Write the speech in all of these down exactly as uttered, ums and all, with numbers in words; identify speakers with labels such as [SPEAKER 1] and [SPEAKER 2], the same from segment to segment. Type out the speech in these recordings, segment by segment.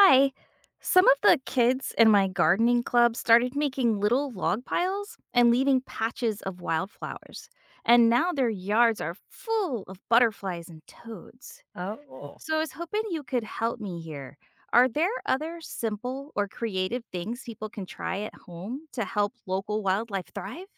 [SPEAKER 1] Hi. Some of the kids in my gardening club started making little log piles and leaving patches of wildflowers. And now their yards are full of butterflies and toads.
[SPEAKER 2] Oh,
[SPEAKER 1] So I was hoping you could help me here. Are there other simple or creative things people can try at home to help local wildlife thrive?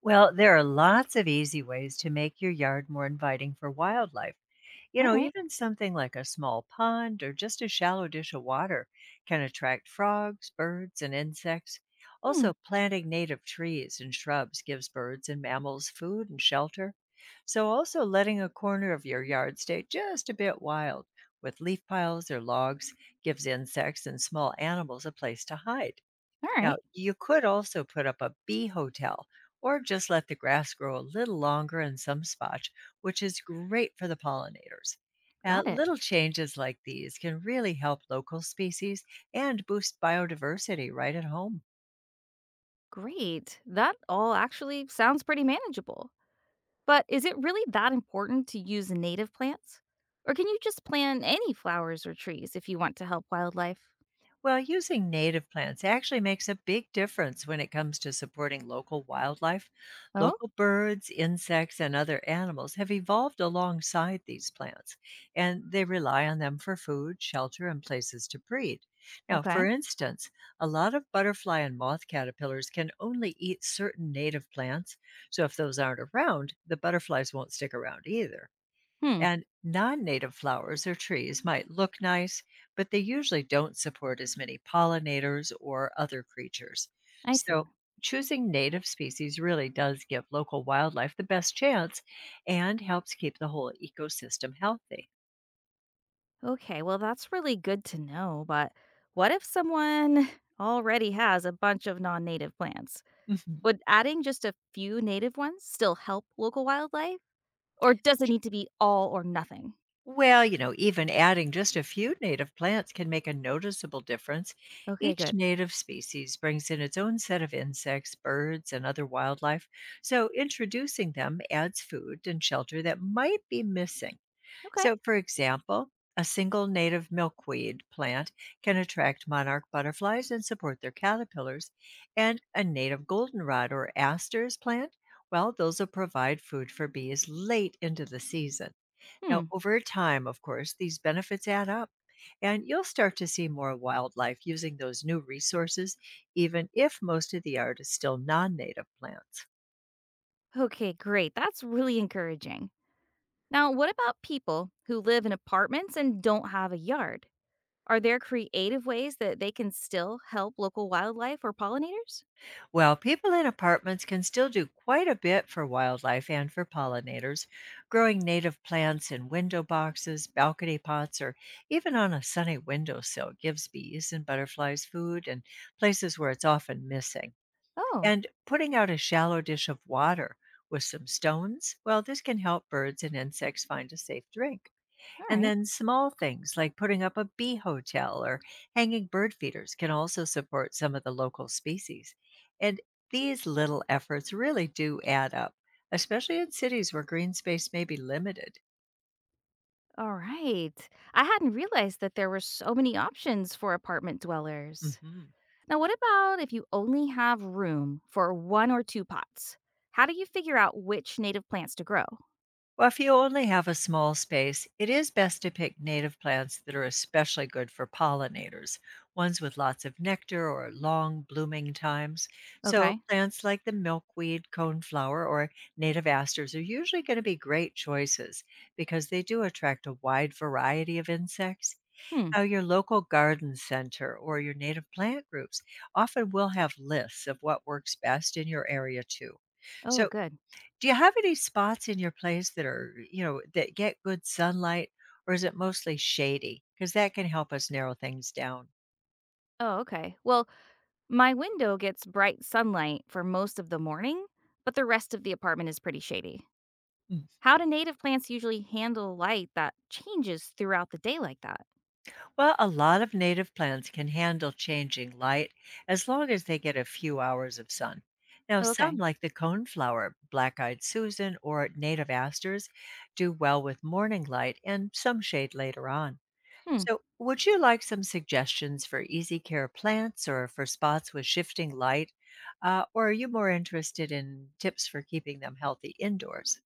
[SPEAKER 2] well, there are lots of easy ways to make your yard more inviting for wildlife. You
[SPEAKER 1] All
[SPEAKER 2] know,
[SPEAKER 1] right.
[SPEAKER 2] even something like a small pond or just a shallow dish of water can attract frogs, birds, and insects.
[SPEAKER 1] Hmm.
[SPEAKER 2] Also, planting native trees and shrubs gives birds and mammals food and shelter. So, also letting a corner of your yard stay just a bit wild with leaf piles or logs gives insects and small animals a place to hide.
[SPEAKER 1] All
[SPEAKER 2] Now,
[SPEAKER 1] right.
[SPEAKER 2] you could also put up a bee hotel or just let the grass grow a little longer in some spots, which is great for the pollinators. Now,
[SPEAKER 1] Got it.
[SPEAKER 2] little changes like these can really help local species and boost biodiversity right at home.
[SPEAKER 1] Great. That all actually sounds pretty manageable. But is it really that important to use native plants? Or can you just plant any flowers or trees if you want to help wildlife?
[SPEAKER 2] Well, using native plants actually makes a big difference when it comes to supporting local wildlife.
[SPEAKER 1] Oh,
[SPEAKER 2] Local birds, insects, and other animals have evolved alongside these plants, and they rely on them for food, shelter, and places to breed. Now, for
[SPEAKER 1] okay.
[SPEAKER 2] instance, a lot of butterfly and moth caterpillars can only eat certain native plants, so if those aren't around, the butterflies won't stick around either.
[SPEAKER 1] Hmm,
[SPEAKER 2] And non native flowers or trees might look nice, but they usually don't support as many pollinators or other creatures.
[SPEAKER 1] I
[SPEAKER 2] So,
[SPEAKER 1] see.
[SPEAKER 2] choosing native species really does give local wildlife the best chance and helps keep the whole ecosystem healthy.
[SPEAKER 1] Okay, well, that's really good to know. But what if someone already has a bunch of non native plants?
[SPEAKER 2] Mhm.
[SPEAKER 1] Would adding just a few native ones still help local wildlife? Or does it need to be all or nothing?
[SPEAKER 2] Well, you know, even adding just a few native plants can make a noticeable difference.
[SPEAKER 1] Okay,
[SPEAKER 2] Each
[SPEAKER 1] good.
[SPEAKER 2] native species brings in its own set of insects, birds, and other wildlife, so introducing them adds food and shelter that might be missing.
[SPEAKER 1] Okay.
[SPEAKER 2] So, for example, a single native milkweed plant can attract monarch butterflies and support their caterpillars, and a native goldenrod or asters plant, well, those will provide food for bees late into the season. Now,
[SPEAKER 1] Hmm.
[SPEAKER 2] over time, of course, these benefits add up, and you'll start to see more wildlife using those new resources, even if most of the yard is still non native plants.
[SPEAKER 1] Okay, great. That's really encouraging. Now, what about people who live in apartments and don't have a yard? Are there creative ways that they can still help local wildlife or pollinators?
[SPEAKER 2] While people in apartments can still do quite a bit for wildlife and for pollinators, growing native plants in window boxes, balcony pots, or even on a sunny windowsill gives bees and butterflies food and places where it's often missing.
[SPEAKER 1] Oh,
[SPEAKER 2] And putting out a shallow dish of water with some stones, well, this can help birds and insects find a safe drink.
[SPEAKER 1] all
[SPEAKER 2] And
[SPEAKER 1] right.
[SPEAKER 2] then small things like putting up a bee hotel or hanging bird feeders can also support some of the local species. And these little efforts really do add up, especially in cities where green space may be limited.
[SPEAKER 1] All right. I hadn't realized that there were so many options for apartment dwellers.
[SPEAKER 2] hmm
[SPEAKER 1] Now, what about if you only have room for one or two pots? How do you figure out which native plants to grow?
[SPEAKER 2] Well, if you only have a small space, it is best to pick native plants that are especially good for pollinators, ones with lots of nectar or long blooming times. So,
[SPEAKER 1] Okay.
[SPEAKER 2] plants like the milkweed, coneflower, or native asters are usually going to be great choices because they do attract a wide variety of insects.
[SPEAKER 1] Hmm.
[SPEAKER 2] Now, your local garden center or your native plant groups often will have lists of what works best in your area, too.
[SPEAKER 1] Oh,
[SPEAKER 2] So,
[SPEAKER 1] good.
[SPEAKER 2] do you have any spots in your place that are, you know, that get good sunlight, or is it mostly shady? Because that can help us narrow things down.
[SPEAKER 1] Oh, okay. Well, my window gets bright sunlight for most of the morning, but the rest of the apartment is pretty shady.
[SPEAKER 2] Mm.
[SPEAKER 1] How do native plants usually handle light that changes throughout the day like that?
[SPEAKER 2] Well, a lot of native plants can handle changing light as long as they get a few hours of sun. Now, some
[SPEAKER 1] Okay.
[SPEAKER 2] like the coneflower, black eyed Susan, or native asters do well with morning light and some shade later on.
[SPEAKER 1] Hmm.
[SPEAKER 2] So, would you like some suggestions for easy care plants or for spots with shifting light? Uh, or are you more interested in tips for keeping them healthy indoors?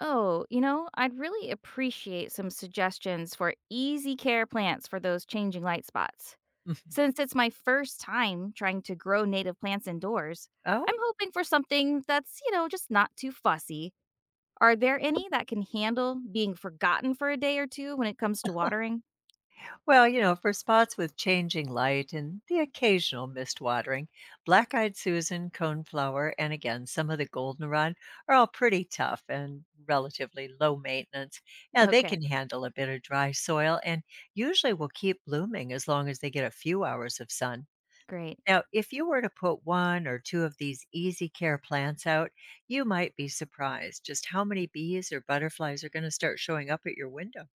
[SPEAKER 1] Oh, you know, I'd really appreciate some suggestions for easy care plants for those changing light spots. Since
[SPEAKER 2] Mhm.
[SPEAKER 1] it's my first time trying to grow native plants indoors,
[SPEAKER 2] Oh,
[SPEAKER 1] I'm hoping for something that's, you know, just not too fussy. Are there any that can handle being forgotten for a day or two when it comes to watering?
[SPEAKER 2] well, you know, for spots with changing light and the occasional mist watering, black eyed Susan, coneflower, and again, some of the goldenrod are all pretty tough and relatively low maintenance. Now, they
[SPEAKER 1] Okay,
[SPEAKER 2] can handle a bit of dry soil and usually will keep blooming as long as they get a few hours of sun.
[SPEAKER 1] great.
[SPEAKER 2] Now, if you were to put one or two of these easy care plants out, you might be surprised just how many bees or butterflies are gonna start showing up at your window.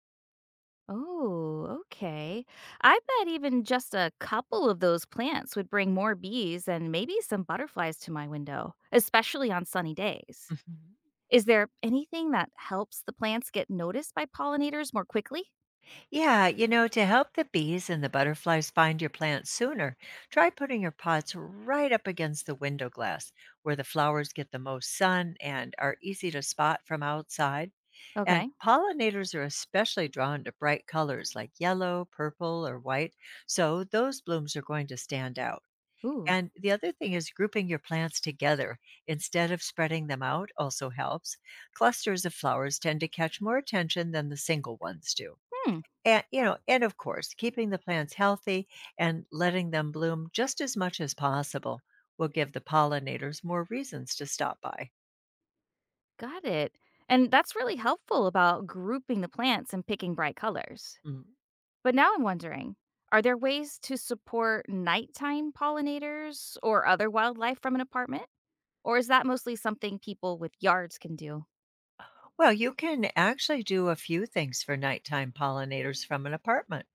[SPEAKER 1] Oh, okay. I bet even just a couple of those plants would bring more bees and maybe some butterflies to my window, especially on sunny days.
[SPEAKER 2] Mhm.
[SPEAKER 1] Is there anything that helps the plants get noticed by pollinators more quickly?
[SPEAKER 2] Yeah, you know, to help the bees and the butterflies find your plants sooner, try putting your pots right up against the window glass where the flowers get the most sun and are easy to spot from outside. And
[SPEAKER 1] Okay.
[SPEAKER 2] pollinators are especially drawn to bright colors like yellow, purple, or white, so those blooms are going to stand out.
[SPEAKER 1] Ooh.
[SPEAKER 2] And the other thing is grouping your plants together instead of spreading them out also helps. Clusters of flowers tend to catch more attention than the single ones do.
[SPEAKER 1] Hmm.
[SPEAKER 2] And you know, and of course, keeping the plants healthy and letting them bloom just as much as possible will give the pollinators more reasons to stop by.
[SPEAKER 1] Got it. And that's really helpful about grouping the plants and picking bright colors.
[SPEAKER 2] Mm.
[SPEAKER 1] But now I'm wondering, are there ways to support nighttime pollinators or other wildlife from an apartment? Or is that mostly something people with yards can do?
[SPEAKER 2] Well, you can actually do a few things for nighttime pollinators from an apartment.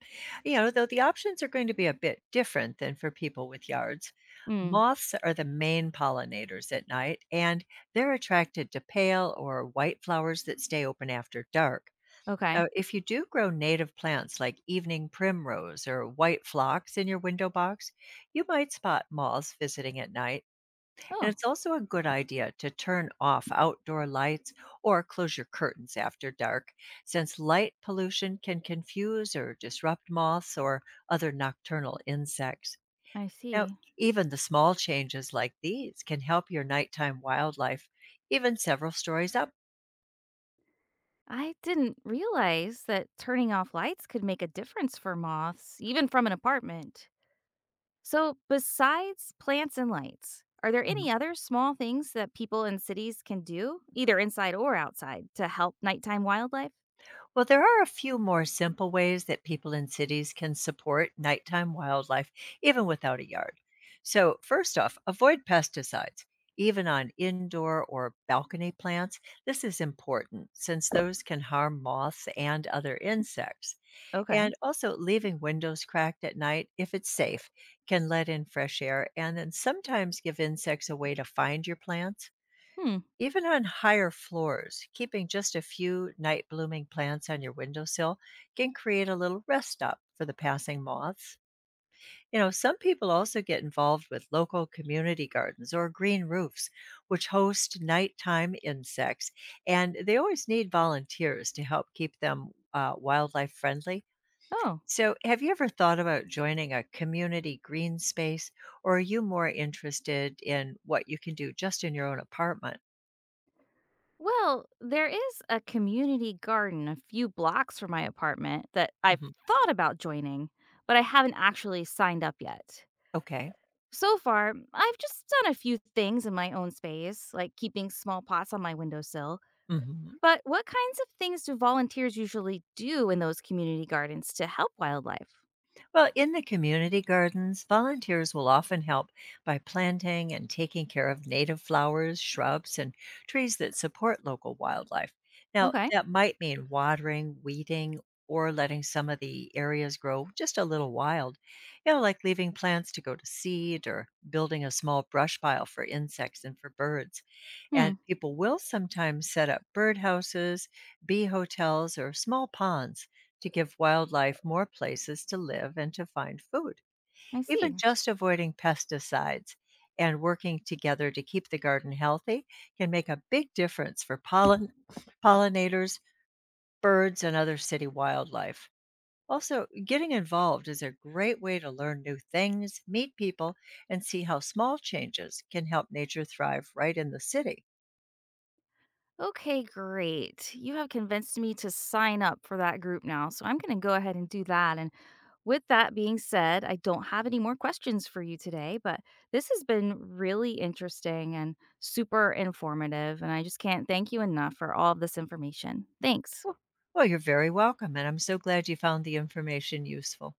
[SPEAKER 2] You know, though the options are going to be a bit different than for people with yards.
[SPEAKER 1] Mm,
[SPEAKER 2] Moths are the main pollinators at night, and they're attracted to pale or white flowers that stay open after dark.
[SPEAKER 1] okay.
[SPEAKER 2] Now, if you do grow native plants like evening primrose or white phlox in your window box, you might spot moths visiting at night. And
[SPEAKER 1] Oh,
[SPEAKER 2] it's also a good idea to turn off outdoor lights or close your curtains after dark, since light pollution can confuse or disrupt moths or other nocturnal insects.
[SPEAKER 1] I
[SPEAKER 2] Now,
[SPEAKER 1] see.
[SPEAKER 2] even the small changes like these can help your nighttime wildlife, even several stories up.
[SPEAKER 1] I didn't realize that turning off lights could make a difference for moths, even from an apartment. So, besides plants and lights, are there any other small things that people in cities can do, either inside or outside, to help nighttime wildlife?
[SPEAKER 2] Well, there are a few more simple ways that people in cities can support nighttime wildlife even without a yard. So, first off, avoid pesticides. Even on indoor or balcony plants, this is important since those can harm moths and other insects.
[SPEAKER 1] Okay.
[SPEAKER 2] And also, leaving windows cracked at night, if it's safe, can let in fresh air and then sometimes give insects a way to find your plants.
[SPEAKER 1] Hmm.
[SPEAKER 2] Even on higher floors, keeping just a few night blooming plants on your windowsill can create a little rest stop for the passing moths. You know, some people also get involved with local community gardens or green roofs, which host nighttime insects, and they always need volunteers to help keep them uh, wildlife friendly.
[SPEAKER 1] Oh,
[SPEAKER 2] So, have you ever thought about joining a community green space, or are you more interested in what you can do just in your own apartment?
[SPEAKER 1] well, there is a community garden a few blocks from my apartment that I've
[SPEAKER 2] Mhm.
[SPEAKER 1] thought about joining, but I haven't actually signed up yet.
[SPEAKER 2] Okay.
[SPEAKER 1] So far, I've just done a few things in my own space, like keeping small pots on my windowsill.
[SPEAKER 2] Mhm.
[SPEAKER 1] But what kinds of things do volunteers usually do in those community gardens to help wildlife?
[SPEAKER 2] Well, in the community gardens, volunteers will often help by planting and taking care of native flowers, shrubs, and trees that support local wildlife. Now,
[SPEAKER 1] Okay.
[SPEAKER 2] that might mean watering, weeding, or letting some of the areas grow just a little wild, you know, like leaving plants to go to seed or building a small brush pile for insects and for birds. And
[SPEAKER 1] Hmm,
[SPEAKER 2] people will sometimes set up birdhouses, bee hotels, or small ponds to give wildlife more places to live and to find food.
[SPEAKER 1] I
[SPEAKER 2] Even
[SPEAKER 1] see.
[SPEAKER 2] just avoiding pesticides and working together to keep the garden healthy can make a big difference for pollen, pollinators, birds, and other city wildlife. Also, getting involved is a great way to learn new things, meet people, and see how small changes can help nature thrive right in the city.
[SPEAKER 1] Okay, great. You have convinced me to sign up for that group now, so I'm going to go ahead and do that. With that being said, I don't have any more questions for you today, but this has been really interesting and super informative. And I just can't thank you enough for all of this information. Thanks.
[SPEAKER 2] Well, well, you're very welcome, and I'm so glad you found the information useful.